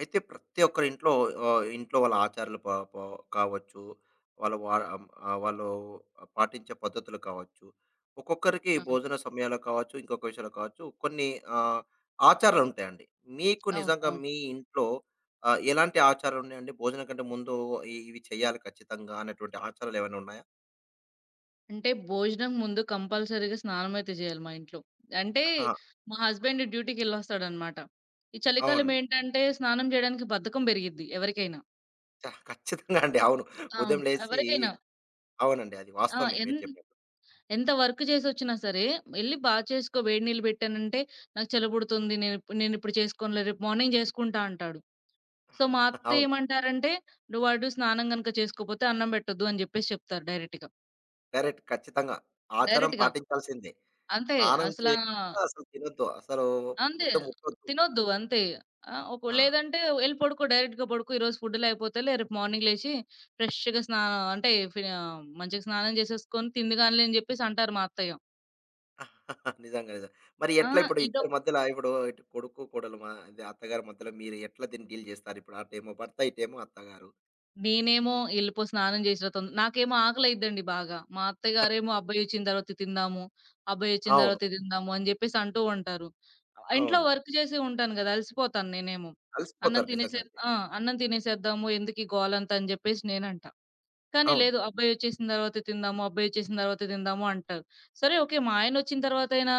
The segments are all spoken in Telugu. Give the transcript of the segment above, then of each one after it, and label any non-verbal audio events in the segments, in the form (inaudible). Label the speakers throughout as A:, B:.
A: అయితే ప్రతి ఒక్కరి ఇంట్లో ఇంట్లో వాళ్ళ ఆచారాలు ప ప కావచ్చు. వాళ్ళు వా వాళ్ళు పాటించే పద్ధతులు కావచ్చు. ఒక్కొక్కరికి
B: అవును.
A: భోజన సమయాలు కావచ్చు, ఇంకొక విషయాలు కావచ్చు. కొన్ని ఆహ్, ఆచారాలు ఉంటాయండి. మీకు
B: అవును.
A: నిజంగా
B: అవును.
A: మీ ఇంట్లో ఎలాంటి ఆచారాలు ఉన్నాయండి? భోజనం కంటే ముందు ఇవి చేయాలి ఖచ్చితంగా అనేటువంటి ఆచారాలు ఏమైనా ఉన్నాయా?
B: అంటే భోజనం ముందు కంపల్సరీగా స్నానమైతే జేయాలి మా ఇంట్లో. అంటే
A: ఆ!
B: మా హస్బెండ్ డ్యూటీకెళ్ళొస్తాడనమాట. ఈ చలికాలం
A: అవునండి.
B: ఏంటంటే స్నానం జేయడానికి బద్ధకం బెరిగిద్ది ఎవరికైనా.
A: ఖచ్చితంగా అండి. అవును. ఉదయం
B: అవును.
A: లేసి
B: ఎవరికైనా.
A: అవునండి. అది
B: ఆ!
A: వాస్తవమే మీరు చెప్పినట్టు.
B: ఎంత వర్క్ జేసొచ్చినా సరే, "ఎళ్లి బా చేసుకో వేడి నీళ్ళు బెట్టానంటే, నాకు చలిపుడుతుంది. నేనిప్పుడు చేసుకోనులే. రేపు మార్నింగ్ జేసుకుంటా" అంటాడు. సో, మా
A: (laughs)
B: అత్త
A: అవును.
B: ఏమంటారంటే, "నువ్వు అటు స్నానం గనక చేసుకోపోతే అన్నం బెట్టొద్దు" అని జెప్పేసి చెప్తారు డైరెక్ట్‌గా.
A: కరెక్ట్. ఖచ్చితంగా. ఆచారం
B: డైరెక్ట్‌గా.
A: పాటించాల్సిందే.
B: అంతే.
A: స్నానం
B: అసలా
A: చేయాక అసలు తినొద్దు. అసలు
B: అంతే.
A: ముద్ద ముట్టొద్దు.
B: తినొద్దు అంతే. ఆ! ఒక
A: ఆ!
B: లేదంటే ఎళ్లి పడుకో డైరెక్ట్‌గా పడుకో. ఈరోజు ఫుడ్‌లో అయిపోతేలే రేపు మార్నింగ్ లేచి ఫ్రెష్‌గా స్నా అంటే ఫి ఆహ్, మంచిగా స్నానం చేసేసుకొని తిందుగానిలే అని జెప్పేసి అంటారు మా అత్తయ్య.
A: (laughs) నిజంగా. నిజంగా. మరి
B: ఆ!
A: ఎట్లా ఇప్పుడు
B: ఇదొ
A: ఇద్దరి మధ్యల ఇప్పుడు ఇటు కొడుకు, కోడలు మా ఇది అత్తగారి మధ్యలో మీరు ఎట్లా దీన్ని డీల్ చేస్తారు? ఇప్పుడు అటేమో భర్త, ఇటేమో అత్తగారు.
B: నేనేమో ఎళ్ళిపో స్నానం చేసిరా నాకేమో ఆకలైద్దండి బాగా. మా అత్తయ్య గారేమో అబ్బాయొచ్చిన తర్వాత ఇది తిందాము, అబ్బాయొచ్చిన
A: అవును.
B: తర్వాత ఇది తిందాము అని జెప్పేసి అంటూ ఉంటారు. ఇంట్లో
A: అవును.
B: వర్క్ చేసి ఉంటాను గదా! అలసిపోతాను నేనేమో. అన్నం
A: కలిసిపోతారు
B: తినేసే
A: నిజంగానే.
B: ఆ! అన్నం తినేసేద్దాము ఎందుకీ గోలంతా అని జెప్పేసి నేనంట. కానీ
A: అవును.
B: లేదు అబ్బాయొచ్చేసిన తర్వాత తిందాము, అబ్బాయొచ్చేసిన తర్వాత తిందాము అంటారు. సరే ఓకే. మా ఆయనొచ్చిన తర్వాతైనా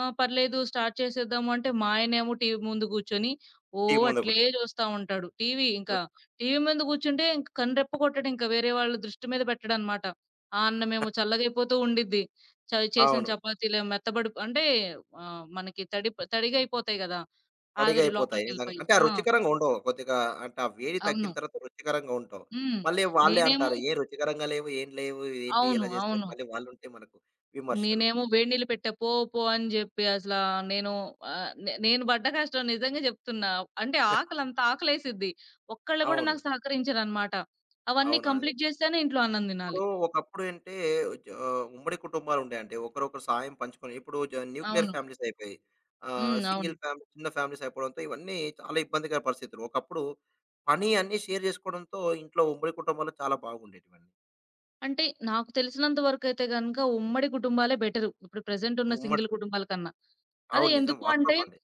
B: పర్లేదు స్టార్ట్ చేసేద్దాము అంటే, మా ఆయనేమో టీవీ ముందు కూర్చొని ఓ
A: టీ ముందు
B: అట్లే
A: కూర్చొని
B: చూస్తా ఉంటాడు.
A: చూస్
B: టీవీ ముందు కూర్చుంటే ఇంక కన్ను రెప్ప కొట్టడు ఇంక వేరే వాళ్ళ దృష్టి మీద పెట్టడనమాట. ఆ అన్నమేమో చల్లగైపోతూ ఉండిద్ది. చేసిన
A: అవును.
B: చపాతీలేమో మెత్తబడి అంటే ఆహ్, మనకి తడి తడిగా అయిపోతాయి గదా!
A: తడిగా
B: ఆవిరి
A: అయిపోతాయి నిజంగా.
B: లోపలికెళ్ళిపోయి.
A: అంటే ఆ
B: ఆ!
A: రుచికరంగా ఉండవు. కొద్దిగా అంటే ఆ వేడి
B: అవును.
A: తగ్గిన తర్వాత రుచికరంగా ఉంటావు.
B: హ్మ్.
A: మళ్ళీ వాళ్ళే
B: నేనేమో
A: అంటారు. "ఏ రుచికరంగా లేవు, ఏం లేవు, ఏంటి
B: అవును.
A: ఇలా చేసావు" అని
B: అవును.
A: మళ్ళీ వాళ్ళుంటే మనకు విమర్శలు.
B: నేనేమో వేడి నీళ్ళు పెట్టా. పో పో అని జెప్పి అసలా నేను ఆహ్, నే నేను పడ్డ కష్టం నిజంగా జెప్తున్నా. అంటే ఆకలి అంత ఆకలేసిద్ది. ఒక్కళ్ళు గూడా
A: అవును.
B: నాకు సహకరించరనమాట. అవన్నీ
A: అవును.
B: కంప్లీట్ జేస్తేనే ఇంట్లో అన్నం
A: ఇప్పుడు
B: దినాలి.
A: ఒకప్పుడు అంటే జ ఆ, ఉమ్మడి కుటుంబాలు ఉండేయండి. ఒకరొకరు సాయం పంచుకొని ఇప్పుడు న్యూక్లియర్
B: అవును.
A: ఫ్యామిలీస్ అయిపోయాయి.
B: హ్మ్. అవును.
A: సింగిల్ ఫ్యామిలీ చిన్న ఫ్యామిలీస్ అయిపోవడంతో ఇవన్నీ చాలా ఇబ్బందికర పరిస్థితులు. ఒకప్పుడు పని అన్నీ షేర్ చేసుకోవడంతో ఇంట్లో ఉమ్మడి కుటుంబాలు చాలా బాగుండేటివండి.
B: అంటే నాకు తెలిసినంత వరకైతే గనక ఉమ్మడి కుటుంబాలే బెటరు. ఇప్పుడు ప్రెజెంట్ ఉన్న
A: ఉమ్మడి
B: సింగిల్ కుటుంబాల కన్నా. అదే
A: అవును. నిజం.
B: ఎందుకు అంటే
A: వాస్తవం అండి.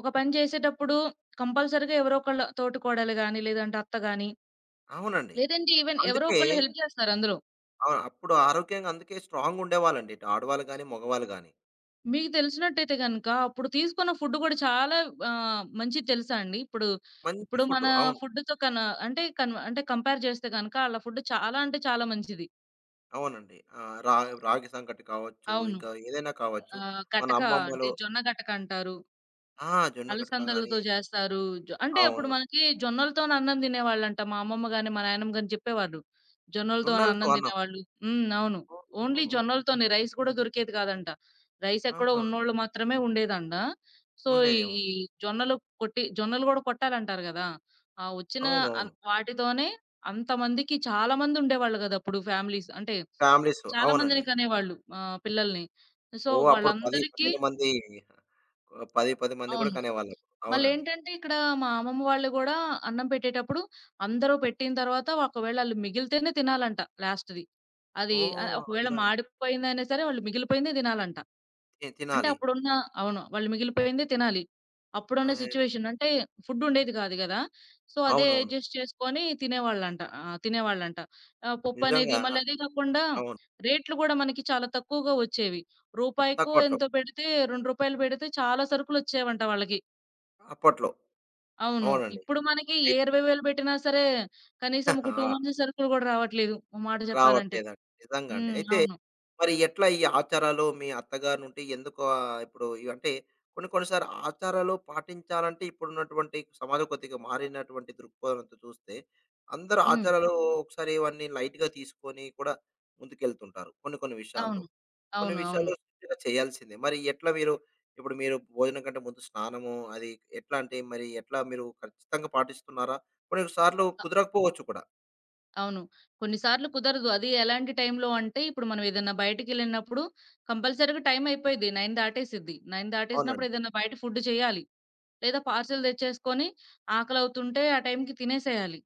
B: ఒక పని జేసేటప్పుడు కంపల్సరీగా ఎవరో ఒకళ్ళ తోటి కోడలు గాని, లేదంటే అత్త గాని,
A: అవునండి.
B: లేదంటే ఈవెన్ ఎవరో
A: అందుకే
B: ఒకళ్ళు హెల్ప్ జేస్తారు అందులో.
A: అవును. అప్పుడు ఆరోగ్యంగా అందుకే స్ట్రాంగ్‌గా ఉండేవాళ్ళండి. ఇటు ఆడవాళ్ళు గాని, మగవాళ్ళు గాని.
B: మీకు తెలిసినట్టయితే గనక, అప్పుడు తీసుకున్న ఫుడ్ గూడా చాలా ఆహ్, మంచిది తెలుసా అండి?
A: మంచి
B: ఇప్పుడు
A: ఫుడ్.
B: మన
A: అవును.
B: ఫుడ్‌తో కన అంటే కన్ అంటే కంపేర్ చేస్తే గనక ఆళ్ళ ఫుడ్ చాలా అంటే చాలా మంచిది.
A: అవునండి. ఆహ్, రా రాగి సంకటి కావచ్చు,
B: అవును.
A: ఇంకా ఏదైనా కావచ్చు.
B: ఆహ్,
A: మన
B: గటక అంటే
A: అమ్మమ్మలు
B: జొన్న గటక అంటారు.
A: ఆ! జొన్న కటక గాని
B: అలసందలతో జేస్తారు. జొ అంటే అప్పుడు
A: అవును.
B: మనకి జొన్నలతోని అన్నం తినేవాళ్ళంట. మా అమ్మమ్మ గాని, మా నాయనమ్మ గాని చెప్పేవాళ్ళు. జొన్నలతోని
A: జొన్నలతో
B: అన్నం
A: అన్నం.
B: తినేవాళ్ళు. హ్మ్. అవును. ఓన్లీ
A: ఓహో!
B: జొన్నలతోనే రైస్ గూడా దొరికేది కాదంట. రైస్ ఎక్కడో
A: ఆహా!
B: ఉన్నోళ్ళు మాత్రమే ఉండేదంట. సో, ఈ
A: ఉండేదేమో.
B: ఈ జొన్నలు కొట్టి జొన్నలు గూడా కొట్టాలంటారు గదా! ఆ వచ్చిన
A: అవునవును.
B: వాటితోనే అంతమందికి చాలా మంది ఉండేవాళ్ళు గదా! అప్పుడు ఫ్యామిలీస్. అంటే
A: ఫ్యామిలీస్
B: చాలా మందిని
A: అవునండి.
B: కనేవాళ్ళు ఆహ్, పిల్లల్ని. So,
A: oh! అప్పుడు 10,
B: వాళ్ళందరికీ
A: 12 మంది 10 మంది కూడా
B: అవును.
A: కనేవాళ్ళు. అవునండి.
B: మళ్ళేంటంటే ఇక్కడ మా అమ్మమ్మ వాళ్ళు గూడా అన్నం పెట్టేటప్పుడు అందరూ పెట్టిన తర్వాత ఒకవేళ ఆళ్ళు మిగిలితేనే తినాలంట లాస్ట్‌ది. అది ఆహ్,
A: ఓహ్!
B: ఒకవేళ
A: ఇలా
B: మాడిపోయిందైనా సరే వాళ్ళు మిగిలిపోయిందే దినాలంట. అంటే
A: తినాలి.
B: అప్పుడున్న అవును. వాళ్ళు మిగిలిపోయిందే తినాలి. అప్పుడున్న
A: అరెరే!
B: సిట్యుయేషన్ అంటే ఫుడ్ ఉండేది కాదు గదా! సో, అదే
A: అవునవును.
B: అడ్జస్ట్ చేసుకొని తినేవాళ్ళంట. ఆ! తినేవాళ్ళంట. ఆహ్, పప్పనేది
A: నిజంగా
B: మళ్ళీ అదే కాకుండా
A: అవును.
B: రేట్లు గూడా మనకి చాలా తక్కువగా వచ్చేవి. రూపాయికో
A: తక్కువట్లో.
B: ఎంతో పెడితే, రూ. 2 పెడితే చాలా సరుకులొచ్చేవంట వాళ్ళకి.
A: అప్పట్లో.
B: అవును.
A: అవునండి.
B: ఇప్పుడు మనకి ఏ
A: అయి
B: 20,000 పెట్టినా సరే, కనీసం ఒక
A: ఆ!
B: 2 మంత్స్ సరుకులు గూడా రావట్లేదు. ఓ మాట చెప్పాలంటే.
A: రావట్లేదండి. నిజంగా అండి.
B: హ్మ్.
A: అయితే
B: అవును.
A: మరి ఎట్లా ఈ ఆచారాలు మీ అత్తగారి నుండి ఎందుకు ఇప్పుడు ఇవి అంటే కొన్ని కొన్ని సార్లు ఆచారాలు పాటించాలంటే ఇప్పుడున్నటువంటి సమాజం కొద్దిగా మారినటువంటి దృక్పథంతో చూస్తే అందరూ
B: హ్మ్.
A: ఆచారాలు ఒకసారి ఇవన్నీ లైట్‌గా తీసుకొని కూడా ముందుకెళ్తుంటారు. కొన్ని కొన్ని విషయాల్లో.
B: అవును.
A: కొన్ని
B: అవును. అవును.
A: విషయాల్లో స్ట్రిక్ట్‌గా చేయాల్సిందే. మరి ఎట్లా మీరు ఇప్పుడు మీరు భోజనం కంటే ముందు స్నానము అది ఎట్లా అంటే మరి ఎట్లా మీరు ఖచ్చితంగా పాటిస్తున్నారా? కొన్ని సార్లు కుదరకపోవచ్చు కూడా.
B: అవును. కొన్ని సార్లు కుదరదు. అది ఎలాంటి టైంలో అంటే, ఇప్పుడు మనం ఏదన్నా బయటికెళ్ళినప్పుడు కంపల్సరీగా టైం అయిపోయిద్ది. 9 దాటేసిద్ది. 9 దాటేసినప్పుడు
A: అవునండి.
B: ఏదన్నా బయట ఫుడ్ చేయాలి. లేదా పార్సెల్ తెచ్చేసుకొని ఆకలవుతుంటే ఆ టైంకి తినేసేయాలి.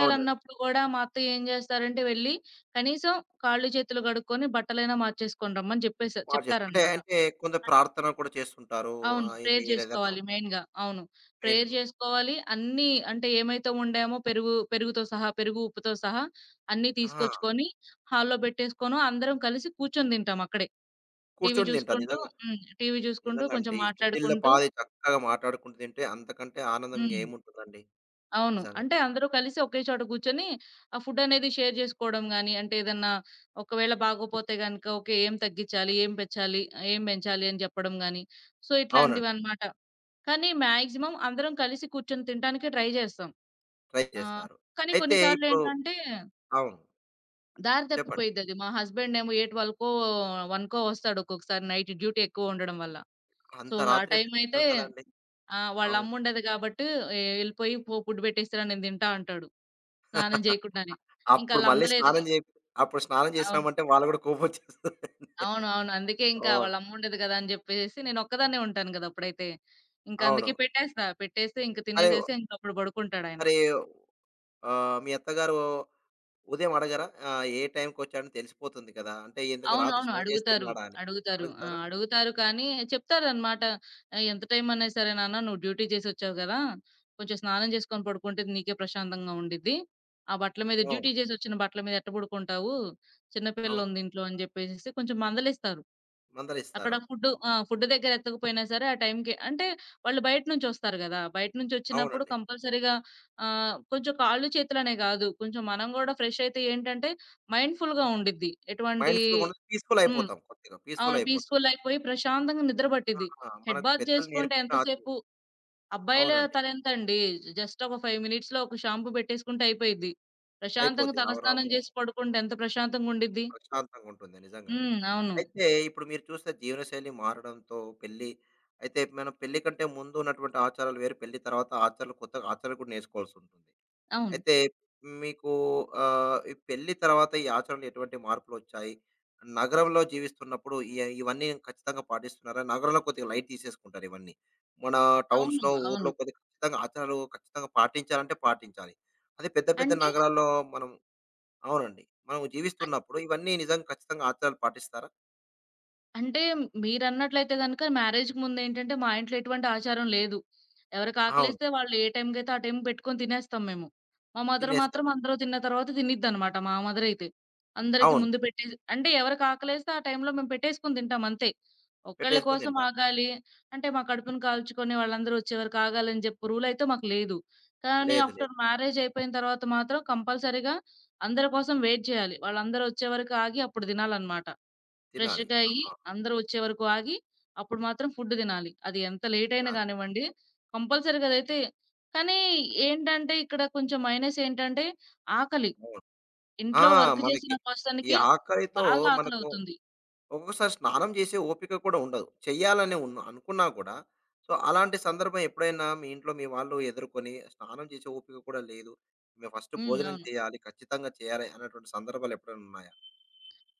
A: అవునండి.
B: గూడా మా అత్తయ్య ఏం జేస్తారంటే వెళ్లి కనీసం కాళ్ళు, చేతులు గడుక్కొని బట్టలైనా మార్చేసుకొని రమ్మని జెప్పేసా
A: స్టార్ట్ చేస్తారు. అంటే
B: చెప్తారనమాట.
A: అంటే కొంత ప్రార్థన కూడా చేస్తుంటారు.
B: అవును.
A: ఇది
B: ప్రేయర్
A: ఏదైనా
B: జేసుకోవాలి మెయిన్‌గా. అవును.
A: మెయిన్.
B: ప్రేయర్ జేసుకోవాలి. అన్నీ అంటే ఏమైతే వండామో పెరుగుతో సహా, పెరుగు, ఉప్పుతో సహా అన్నీ
A: ఆ!
B: తీసుకొచ్చుకొని హాల్‌లో బెట్టేసుకొను అందరం కలిసి కూర్చొని తింటాం అక్కడే. టీవీ
A: కూర్చొని తింటారు.
B: చూసుకుంటూ
A: నిజంగా.
B: హ్మ్. టీవీ జూసుకుంటూ
A: నిజంగా
B: కొంచెం
A: అండి. ఇంటిల్ల
B: మాట్లాడుకుంటూ
A: పాది చక్కగా మాట్లాడుకుంటూ తింటే అంతకంటే ఆనందం
B: హ్మ్.
A: ఇంగేముంటుందండి.
B: అవును.
A: నిజంగా.
B: అంటే అందరూ కలిసి ఒకే చోట కూర్చొని ఆ ఫుడ్ అనేది షేర్ జేసుకోవడం గాని, అంటే ఏదన్నా ఒకవేళ బాగోపోతే గనక ఓకే. ఏం తగ్గిచ్చాలి? ఏం పెంచాలి? అని చెప్పడం గాని, సో,
A: అవునండి.
B: ఇట్లాంటివన్నమాట. కానీ మాక్సిమం అందరం కలిసి కూర్చొని తినటానికే ట్రై జేస్తాం.
A: ట్రై
B: ఆహ్,
A: చేస్తారు.
B: కానీ
A: అయితే ఇప్పుడు
B: కొన్నిసార్లేంటంటే
A: అవును.
B: దారి
A: చెప్పండి.
B: తప్పిపోయిద్దది. మా హస్బెండేమో 8:00 1కో వస్తాడు ఒక్కొక్కసారి నైట్ డ్యూటీ ఎక్కువ ఉండడం వల్ల. సో,
A: అంత
B: ఆ
A: రాత్రి అంటే
B: టైం
A: కష్టం
B: అయితే
A: కదండీ.
B: ఆ! వాళ్ళ
A: అవును.
B: అమ్ముండదు గాబట్టి "ఎళ్ళిపోయి పో ఫుడ్ పెట్టేసిరా నేను తింటా" అంటాడు. స్నానం
A: (laughs)
B: జేయకుండానే. ఇంకా
A: అప్పుడు మళ్ళీ
B: ఆళ్ళమ్మ లేదు
A: స్నానం
B: గదా!
A: చేయ అప్పుడు స్నానం
B: అవును.
A: చేసినామంటే వాళ్ళు కూడా కోపమొచ్చేస్తది.
B: అవును. అవును. అందుకే ఇంకా
A: అవును.
B: వాళ్ళమ్మ ఉండదు గదా! అని జెప్పేసేసి నేనొక్కదాన్నే ఉంటాను గదా! అప్పుడైతే. ఇంక
A: అవును.
B: అందుకే పెట్టేస్తా. పెట్టేస్తే ఇంక
A: మరి
B: తినేసేసి ఇంకప్పుడు బడుకుంటాడాయన.
A: మరి మీ అత్తగారు ఉదయం అడగరా? ఏ టైంకొచ్చాడని తెలిసిపోతుంది కదా! అంటే ఎందుకు రాత్రి
B: అవునవును.
A: స్నానం చేసి
B: అడుగుతారు.
A: తిన్నాడా అని.
B: అడుగుతారు. ఆ!
A: అడుగుతారా?
B: అడుగుతారు కానీ చెప్తారనమాట. ఆహ్, ఎంత టైమన్నా సరే నాన్న నువ్వు డ్యూటీ చేసొచ్చావు గదా! కొంచెం స్నానం జేసుకొని పడుకుంటే నీకే ప్రశాంతంగా ఉండిద్ది. ఆ బట్టల మీద
A: అవును.
B: డ్యూటీ జేసొచ్చిన బట్టల మీద ఎట్ట బడుకుంటావు? చిన్న
A: అవును.
B: పిల్లుంది ఇంట్లో అని జెప్పేసేసి కొంచెం మందలిస్తారు. అక్కడ
A: మందలిస్తారు.
B: ఫుడ్డు ఆ! ఫుడ్ దగ్గర ఎత్తకపోయినా సరే ఆ టైంకి అంటే వాళ్ళు బయట నుంచొస్తారు గదా! బయట నుంచొచ్చినప్పుడు
A: అవునండి.
B: కంపల్సరీగా ఆహ్, కొంచెం కాళ్ళు చేతులనే గాదు. కొంచెం మనం గూడా ఫ్రెష్ అయితే ఏంటంటే మైండ్‌ఫుల్‌గా ఉండిద్ది. ఎటువంటి
A: మైండ్‌ఫుల్‌గా ఉండదు.
B: హ్మ్.
A: పీస్‌ఫులయిపోతాం కొద్దిగా.
B: అవును.
A: పీస్‌ఫులయిపోతాం.
B: పీస్‌ఫుల్ అయిపోయి ప్రశాంతంగా నిద్ర పట్టిద్ది.
A: ఆ!
B: హెడ్
A: మనకు
B: బాత్
A: పెద్దలు
B: జేసుకుంటే
A: నేర్పిన ఆచరణ.
B: ఎంతసేపు అబ్బాయిల
A: అవునండి.
B: తలెంతండి జస్ట్ ఒక 5 మినిట్స్‌లో ఒక షాంపూ పెట్టేసుకుంటే అయిపోయిద్ది. ప్రశాంతంగా
A: అయిపోద్ది. అవును.
B: తలస్నానం
A: అమ్మో!
B: జేసి పడుకుంటే ఎంత ప్రశాంతంగుండిద్ది.
A: ప్రశాంతంగుంటుంది. నిజంగండి.
B: హ్మ్. అవును.
A: అయితే ఇప్పుడు మీరు చూస్తే జీవనశైలి మారడంతో పెళ్లి అయితే మనం పెళ్లి కంటే ముందు ఉన్నటువంటి ఆచారాలు వేరు. పెళ్లి తర్వాత ఆచారాలు కొత్తగా ఆచారాలు కూడా నేర్చుకోవాల్సుంటుంది.
B: అవును.
A: అయితే మీకు ఈ పెళ్లి తర్వాత ఈ ఆచరణలో ఎటువంటి మార్పులొచ్చాయి? నగరంలో జీవిస్తున్నప్పుడు ఇవన్నీ ఖచ్చితంగా పాటిస్తున్నారా? నగరంలో కొద్దిగా లైట్ తీసేసుకుంటారు ఇవన్నీ. మన
B: అవును.
A: టౌన్స్‌లో,
B: అవును.
A: ఊర్లో కొద్దిగా ఖచ్చితంగా ఆచారాలు ఖచ్చితంగా పాటించాలంటే పాటించాలి. అదే పెద్ద పెద్ద
B: అంటే
A: నగరాల్లో మనం అవునండి. మనం జీవిస్తున్నప్పుడు ఇవన్నీ నిజంగా ఖచ్చితంగా ఆచారాలు పాటిస్తారా?
B: అంటే మీరన్నట్లయితే గనక మ్యారేజ్‌కి ముందేంటంటే మా ఇంట్లో ఎటువంటి ఆచారం లేదు. ఎవరికి
A: అవును.
B: ఆకలేస్తే వాళ్ళు ఏ టైంకైతే ఆ టైంకి పెట్టుకొని తినేస్తాం మేము. మా మదర్ మాత్రం
A: తినేస్తారు.
B: అందరూ తిన్న తర్వాత తినిద్దనమాట మా మదరైతే. అందరికి
A: అవును.
B: ముందు పెట్టేసి అంటే ఎవరికి ఆకలేస్తే ఆ టైంలో మేము పెట్టేసుకొని తింటాం అంతే. ఒకళ్ళ
A: పెట్టేసుకొని
B: కోసం
A: తింటారు.
B: ఆగాలి అంటే మా కడుపుని కాల్చుకొని వాళ్ళందరూ వచ్చే వరకు ఆగాలని చెప్పి రూల్ అయితే మాకు లేదు. కానీ
A: లేదు. లేదు.
B: ఆఫ్టర్ మ్యారేజ్ అయిపోయిన తర్వాత మాత్రం కంపల్సరీగా అందరి కోసం వెయిట్ చేయాలి. వాళ్ళందరూ వచ్చే వరకు ఆగి అప్పుడు తినాలన్నమాట.
A: తినాలి.
B: ఫ్రెష్‌గా అయ్యి
A: ఆహా!
B: అందరూ వచ్చే వరకు ఆగి, అప్పుడు మాత్రం ఫుడ్ తినాలి. అది ఎంత లేట్ అయినా
A: తినాలి.
B: గానివ్వండి, కంపల్సరీగా అదైతే కానీ ఏంటంటే ఇక్కడ కొంచెం మైనస్ ఏంటంటే ఆకలి.
A: అవును. ఆ!
B: ఇంట్లో వర్క్ చేసిన
A: మనకి ఈ
B: పర్సన్‌కి
A: ఆకలితో
B: బాగా
A: మనకు
B: ఆకలవుతుంది.
A: ఒక్కొక్కసారి స్నానం చేసే ఓపిక కూడా ఉండదు. చెయ్యాలని ఉన్న అనుకున్నా కూడా, సో, అలాంటి సందర్భం ఎప్పుడైనా మీ ఇంట్లో మీ వాళ్ళు ఎదుర్కొని, స్నానం చేసే ఓపిక కూడా లేదు. మేము ఫస్ట్
B: హ్మ్.
A: భోజనం
B: అవును.
A: చేయాలి, ఖచ్చితంగా చేయాలి అనేటువంటి సందర్భాలు ఎప్పుడైనా ఉన్నాయా?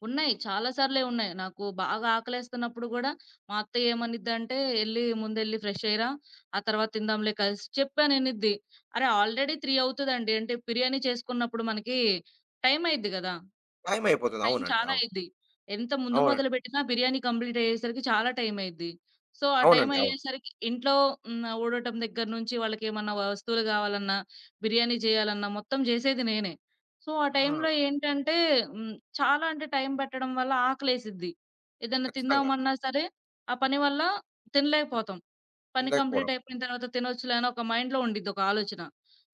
B: ఉన్నాయి. చాలా సార్లే ఉన్నాయి. నాకు బాగా ఆకలేస్తున్నప్పుడు గూడా మా అత్త ఏమనిద్దంటే, " ముందెళ్లి ఫ్రెష్ అయ్యిరా, ఆ తర్వాత తిందాంలే కలిసి" చెప్పాననిద్ది. అరే! ఆల్రెడీ 3 అవుతదండి. అంటే బిర్యానీ చేసుకున్నప్పుడు మనకి టైం అయిద్ది గదా!
A: టైం అయిపోతుంది.
B: టైం
A: అవునండి.
B: చాలా
A: అవును.
B: అయిద్ది. ఎంత ముందు
A: అవునండి.
B: మొదలుపెట్టినా బిర్యానీ కంప్లీట్ అయ్యేసరికి చాలా టైం అయిద్ది. సో, ఆ టైం
A: అవునండి. అవును.
B: అయ్యేసరికి ఇంట్లో హ్మ్. ఊడటం దగ్గర నుంచి వాళ్ళకేమన్నా వస్తువులు గావాలన్నా, బిర్యానీ చేయాలన్నా మొత్తం జేసేది నేనే. సో, ఆ
A: ఆ!
B: టైంలో ఏంటంటే హ్మ్. చాలా అంటే టైం పట్టడం వల్ల ఆకలేసిద్ది. ఏదన్నా
A: ఖచ్చితంగా.
B: తిందామన్నా సరే, ఆ పని వల్ల తినలేకపోతాం. పని కంప్లీట్
A: తినలేకపోవడం.
B: అయిపోయిన తర్వాత తినొచ్చులే అని ఒక మైండ్‌లో ఉండిద్ది ఒక ఆలోచన.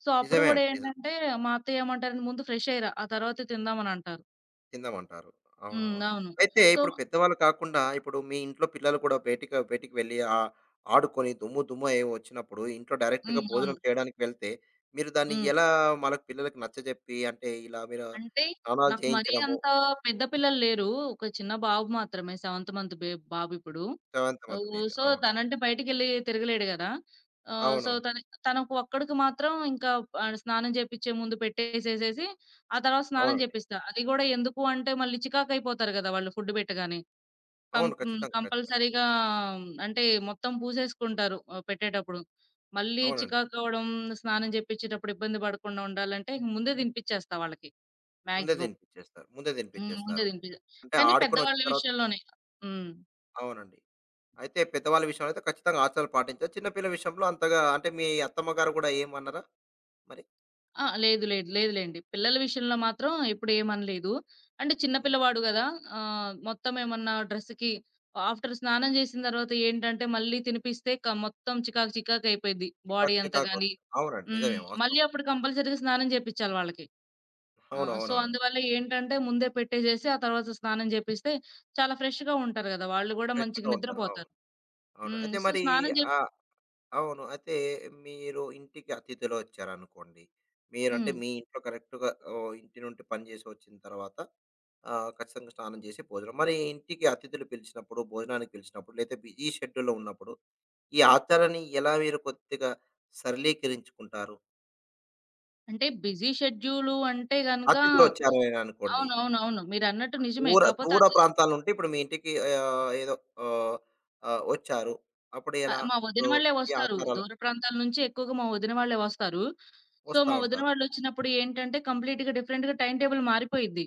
B: సో, అప్పుడు
A: నిజమే
B: గూడా
A: అండి. నిజం.
B: ఏంటంటే మా అత్తయ్య ఏమంటారంటే ముందు ఫ్రెష్ అయ్యిరా ఆ తర్వాతే తిందామని అంటారు.
A: తిందామంటారు.
B: హ్మ్.
A: అవునవును.
B: అవును.
A: అయితే
B: సో
A: ఇప్పుడు పెద్దవాళ్ళు కాకుండా, ఇప్పుడు మీ ఇంట్లో పిల్లలు కూడా బయటికి బయటికి వెళ్ళి ఆడుకొని దుమ్ము దుమ్ము అయి వచ్చినప్పుడు, ఇంట్లో డైరెక్ట్‌గా
B: హ్మ్. అవును.
A: భోజనం చేయడానికి వెళ్తే, మీరు దాన్ని
B: హ్మ్.
A: ఎలా మనకు పిల్లలకి నచ్చజెప్పి, అంటే ఇలా మీరు
B: అంటే
A: స్నానాలు
B: నాకు మరీ
A: చేయించడము
B: అంత పెద్ద పిల్లలు లేరు. ఒక చిన్న బాబు మాత్రమే. సెవెంత్ మంత్ బాబు ఇప్పుడు.
A: సెవెంత్
B: ఆహ్,
A: బేబీ.
B: సో,
A: అవును.
B: తనంటే బయటికెళ్ళి తిరగలేడు గదా! ఆహ్, సో,
A: అవునవును.
B: తన తనకు ఒక్కడికి మాత్రం ఇంకా ఆహ్, స్నానం చేపిచ్చే ముందు పెట్టేసేసేసి, ఆ తర్వాత స్నానం
A: అవునండి.
B: చేపిస్తా. అది గూడా ఎందుకు అంటే మళ్ళీ చికాకయిపోతారు గదా! వాళ్ళు ఫుడ్ పెట్టగానే. కం
A: అవును.
B: హ్మ్.
A: ఖచ్చితంగా. ఖచ్చితంగా.
B: కంపల్సరీగా అంటే మొత్తం పూసేసుకుంటారు ఆహ్, పెట్టేటప్పుడు. మళ్ళీ
A: అవునండి.
B: చికాకు అవ్వడం, స్నానం జేపిచ్చేటప్పుడు ఇబ్బంది పడకుండా ఉండాలంటే ఇంక ముందే తినిపిచ్చేస్తా వాళ్ళకి.
A: ముందే
B: మాక్సిమం.
A: తినిపిచ్చేస్తారు. ముందే
B: హ్మ్. ముందే
A: తినిపిచ్చేస్తారు.
B: తినిపియ
A: అంటే
B: కానీ
A: ఆడుకొని వచ్చిన
B: పెద్దవాళ్ళ
A: తర్వాత
B: విషయంలోనే. హ్మ్.
A: అవునండి. అయితే పెద్దవాళ్ళ విషయంలో అయితే ఖచ్చితంగా ఆచారాలు పాటించారు. చిన్న పిల్లల విషయంలో అంతగా అంటే మీ అత్తమ్మ గారు కూడా ఏమనరా మరి?
B: ఆ! లేదు. లేదు. లేదులెండి. పిల్లల విషయంలో మాత్రం ఎప్పుడు ఏమనలేదు. అంటే చిన్న
A: హ్మ్.
B: పిల్లవాడు గదా! ఆహ్, మొత్తం ఏమన్నా డ్రెస్‌కి ఆఫ్టర్ స్నానం జేసిన తర్వాత ఏంటంటే, మళ్ళీ తినిపిస్తే మొత్తం చికాకు చికాకు అయిపోయిద్ది. బాడీ
A: చికాకు
B: అంతా
A: చికాకు
B: గాని
A: అవుతుంది. అవునండి.
B: హ్మ్.
A: నిజమే
B: మళ్ళీ
A: వాస్తవం.
B: అప్పుడు కంపల్సరీగా స్నానం జేపిచ్చాలి వాళ్ళకి. ఆ!
A: అవును.
B: సో,
A: అవును. అవును.
B: అందువల్ల ఏంటంటే, ముందే పెట్టేసేసి ఆ తర్వాత స్నానం జేపిస్తే చాలా ఫ్రెష్‌గా ఉంటారు గదా! వాళ్ళు గూడా
A: ఫ్రెష్‌గా
B: మంచిగా
A: ఉంటారు. అవును.
B: నిద్రపోతారు.
A: అవును.
B: హ్మ్.
A: అయితే
B: సో,
A: మరి
B: స్నానం జే
A: ఆహ్, అవును. అయితే మీరు ఇంటికి అతిథులు వచ్చారనుకోండి. మీరంటే
B: హ్మ్.
A: మీ ఇంట్లో కరెక్ట్‌గా ఓహ్, ఇంటి నుండి పని చేసి వచ్చిన తర్వాత ఖచ్చితంగా స్నానం చేసి భోజనం. మరి ఇంటికి అతిథులు పిలిచినప్పుడు, భోజనానికి పిలిచినప్పుడు లేతే బిజీ షెడ్యూల్‌లో ఉన్నప్పుడు ఈ ఆచారాన్ని ఎలా మీరు కొద్దిగా సరళీకరించుకుంటారు?
B: అంటే బిజీ షెడ్యూలు అంటే గనక
A: అతిథులొచ్చారు అని అనుకోండి.
B: అవునవునవును. మీరన్నట్టు నిజమే.
A: దూర
B: కాపోతే
A: దూర
B: అది
A: ప్రాంతాల నుండి ఇప్పుడు మీ ఇంటికి ఏదో ఆహ్, ఆహ్, వచ్చారు. అప్పుడు ఎలా?
B: ఆహ్, మా వదిన
A: ఇప్పుడు
B: వాళ్ళే
A: ఈ
B: వస్తారు.
A: ఆచారాలు
B: దూర ప్రాంతాల నుంచి ఎక్కువగా మా వదిన వాళ్ళే వస్తారు. సో,
A: వస్తా
B: మా వదిన
A: ఉంటారు.
B: వాళ్ళొచ్చినప్పుడు ఏంటంటే కంప్లీట్‌గా డిఫరెంట్‌గా టైమ్ టేబుల్ మారిపోయిద్ది.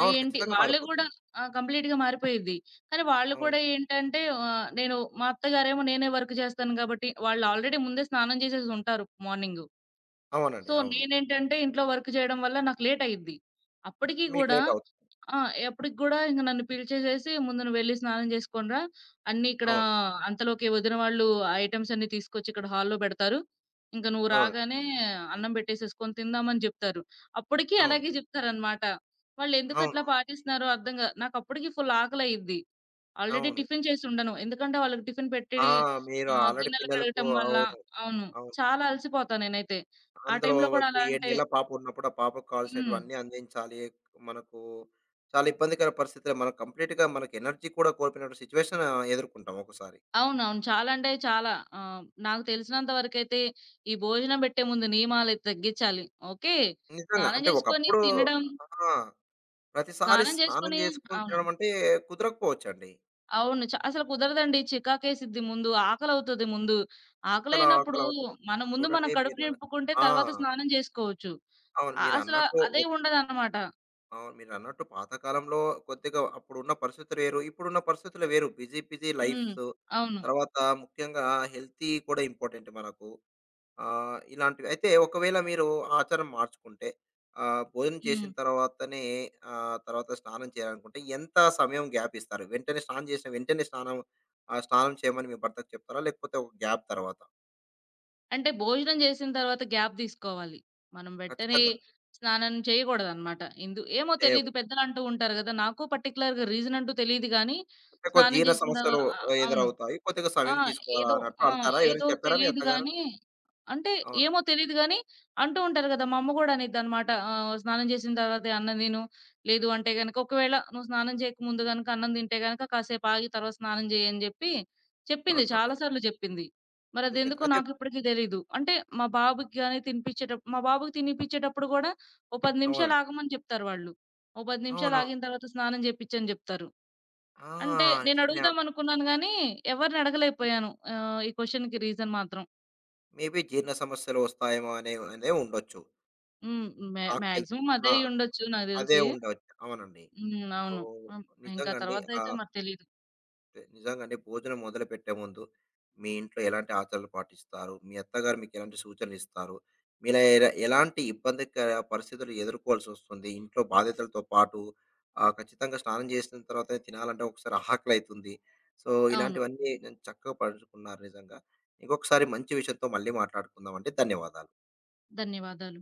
B: ఆహ్,
A: అవును.
B: ఏంటి
A: ఖచ్చితంగా
B: వాళ్ళు గూడా
A: మారిపోతుంది.
B: ఆ! కంప్లీట్‌గా మారిపోయిద్ది. కానీ వాళ్ళు కూడా
A: అవునండి.
B: ఏంటంటే ఆహ్, నేను మా అత్తగారేమో నేనే వర్క్ చేస్తాను గాబట్టి, వాళ్ళు ఆల్రెడీ ముందే స్నానం చేసేసుంటారు మార్నింగు.
A: అవునండి.
B: సో,
A: అవును.
B: నేనేంటంటే ఇంట్లో వర్క్ చేయడం వల్ల నాకు లేట్ అయ్యిద్ది. అప్పటికి
A: మీకు
B: గూడా
A: లేట్ అవుతుంది.
B: ఆ! ఎప్పటికి గూడా ఇంక నన్ను పిలిచేసేసి "ముందు నువ్వెళ్లి స్నానం చేసుకొని రా. అన్నీ ఇక్కడ
A: అవును.
B: అంతలోకి వదిన వాళ్ళు ఆ ఐటెమ్స్ అన్నీ తీసుకొచ్చి ఇక్కడ హాల్‌లో బెడతారు. ఇంక నువ్వు
A: అవునండి.
B: రాగానే అన్నం బెట్టేసేసుకొని తిందాం" అని జెప్తారు. అప్పటికి
A: అవును.
B: అలాగే జెప్తారనమాట. వాళ్ళెందుకట్లా
A: అవునవును.
B: పాటిస్తున్నారో అర్థం గా నాకప్పటికి ఫుల్ ఆకలయ్యిద్ది. ఆల్రెడీ
A: అవును.
B: టిఫిన్ చేసుండను. ఎందుకంటే వాళ్ళకి టిఫిన్
A: ఆ!
B: పెట్టిడి
A: మీరు
B: ఆహ్,
A: ఆల్రెడీ
B: గిన్నెలు
A: పిల్లలకు
B: కడగటం వల్ల
A: అవును.
B: అవును.
A: అవును.
B: చాలా అలసిపోతా నేనైతే. ఆ
A: అందులో
B: టైంలో గూడా
A: ఇప్పుడు
B: అలా
A: 7
B: అంటే
A: నెలల పాప ఉన్నప్పుడు ఆ పాపకు
B: హ్మ్.
A: కావాల్సినటివన్నీ అందించాలి. మనకు చాలా ఇబ్బందికర పరిస్థితులు మనం కంప్లీట్‌గా మనకు ఎనర్జీ కూడా కోల్పోయిన సిట్యుయేషన్ ఎదుర్కొంటాం ఒక్కోసారి.
B: అవునవును. చాలా అంటే చాలా. ఆహ్, నాకు తెలిసినంత వరకైతే ఈ భోజనం బెట్టే ముందు నియమాలు తగ్గిచ్చాలి. ఓకే.
A: నిజంగా.
B: స్నానం
A: అంటే
B: జేసుకొని
A: ఒకప్పుడు
B: తినడం,
A: ఆ! ప్రతిసారి
B: స్నానం
A: స్నానం
B: జేసుకొని
A: చేసుకొని
B: అవును.
A: తినడం అంటే కుదరకపోవచ్చండి.
B: అవును. అసలు కుదరదండి. చికాకేసిద్ది ముందు. ఆకలవుతది ముందు.
A: ముక్కల
B: ఆకలైనప్పుడు
A: ఆకలవుతుంది.
B: మన
A: ఇప్పుడు
B: ముందు మనం
A: చూడండి
B: కడుపు
A: మీరు అన్న-
B: నింపుకుంటే
A: ఆ!
B: తర్వాత స్నానం జేసుకోవచ్చు.
A: అవును.
B: అ అసల
A: మీరన్నట్టు
B: అదే
A: ఒక్
B: ఉండదనమాట.
A: అవును. మీరన్నట్టు పాతకాలంలో కొద్దిగా అప్పుడున్న పరిస్థితులు వేరు. ఇప్పుడున్న పరిస్థితులు వేరు. బిజీ బిజీ
B: హ్మ్.
A: లైఫ్స్.
B: అవును.
A: తర్వాత ముఖ్యంగా హెల్తీ కూడా ఇంపార్టెంట్ మనకు. ఆ! ఇలాంటివి. అయితే ఒకవేళ మీరు ఆచారం మార్చుకుంటే భోజనం చేసిన
B: హ్మ్.
A: తర్వాతనే తర్వాత స్నానం చేయాలనుకుంటే ఎంత సమయం గ్యాప్ ఇస్తారు? వెంటనే స్నానం చేసిన వెంటనే స్నానం స్నానం చేయమని మీ భర్తకు చెప్తారా? లేకపోతే ఒక గ్యాప్ తర్వాత?
B: అంటే భోజనం జేసిన తర్వాత గ్యాప్ దీసుకోవాలి. మనం వెంటనే
A: ఖచ్చితంగా
B: స్నానం చేయగూడదనమాట. ఏమో తెలీదు
A: చేయకూడదు.
B: పెద్దలంటూ ఉంటారు గదా! నాకు పర్టిక్యులర్‌గా రీజన్ అంటూ తెలీదు గానీ,
A: అంటే
B: స్నానం
A: జీర్ణ
B: జేసిన తర్వా
A: సమస్యలు
B: ఆ!
A: ఆ,
B: అవును.
A: ఎదురవుతాయి. కొద్దిగా
B: ఆ!
A: సమయం తీసుకోవాలా
B: ఏదో
A: అన్నట్టు
B: ఆ!
A: అంటారా?
B: ఏదో
A: ఎవరైనా చెప్పారా మీ
B: తెలీదు
A: అత్తగారు?
B: గానీ అంటే
A: అవునండి.
B: ఏమో తెలీదు గానీ, అంటూ ఉంటారు గదా! మా అమ్మ గూడా అనిద్దనమాట. ఆహ్, స్నానం జేసిన తర్వాతే అన్నం తిను. లేదు అంటే గనక ఒకవేళ నువ్వు స్నానం చేయక ముందు గనక అన్నం తింటే గనక కాసేపు ఆగి తర్వాత స్నానం జెయ్యి అని జెప్పి చెప్పింది. చాలా
A: అంటుంటారు.
B: సార్లు జెప్పింది.
A: చెప్పింది.
B: మరదెందుకో
A: అయితే
B: నాకిప్పటికి తెలీదు. అంటే మా బాబుకి తినిపిచ్చేటప్పుడు గూడా ఓ 10 నిమిషాలు
A: అవునండి.
B: ఆగమని జెప్తారు వాళ్ళు. ఓ 10 నిమిషాలు
A: అవునవును.
B: ఆగిన తర్వాత స్నానం జేపిచ్చని జెప్తారు.
A: ఆ!
B: అంటే
A: నిజమే అండి.
B: నేనడుగుదామనుకున్నాను గానీ, ఎవరిని అడగలేకపోయాను. ఆహ్, ఈ క్వెషన్‌కి రీజన్ మాత్రం.
A: మేబీ జీర్ణ సమస్యలు వస్తాయేమో అనే అనే ఉండొచ్చు.
B: హ్మ్.
A: నాకు తెలుసు.
B: మాక్సిమం అదే
A: ఆ!
B: అయ్యుండొచ్చు నాకు
A: అదే
B: దెలిసి.
A: ఉండవచ్చు. అవునండి.
B: హ్మ్.
A: సో,
B: అవును. హ్మ్. ఇంకా
A: నిజంగండి.
B: తర్వాతదయితే మరి తెలీదు.
A: నిజంగండి భోజనం మొదలుపెట్టే ముందు మీ ఇంట్లో ఎలాంటి ఆచారాలు పాటిస్తారు? మీ అత్తగారు మీకెలాంటి సూచనలిస్తారు? మీలా ఎలాంటి ఇబ్బందికర పరిస్థితులు ఎదుర్కోవాల్సొస్తుంది? ఇంట్లో బాధ్యతలతో పాటు ఖచ్చితంగా స్నానం చేసిన తర్వాతే తినాలంటే ఒకసారి ఆకలైతుంది. సో,
B: అవును.
A: ఇలాంటివన్నీ నేను చక్కగా పంచుకున్నారు నిజంగా. ఇంకొకసారి మంచి విషయంతో మళ్ళీ మాట్లాడుకుందామండి. ధన్యవాదాలు.
B: ధన్యవాదాలు.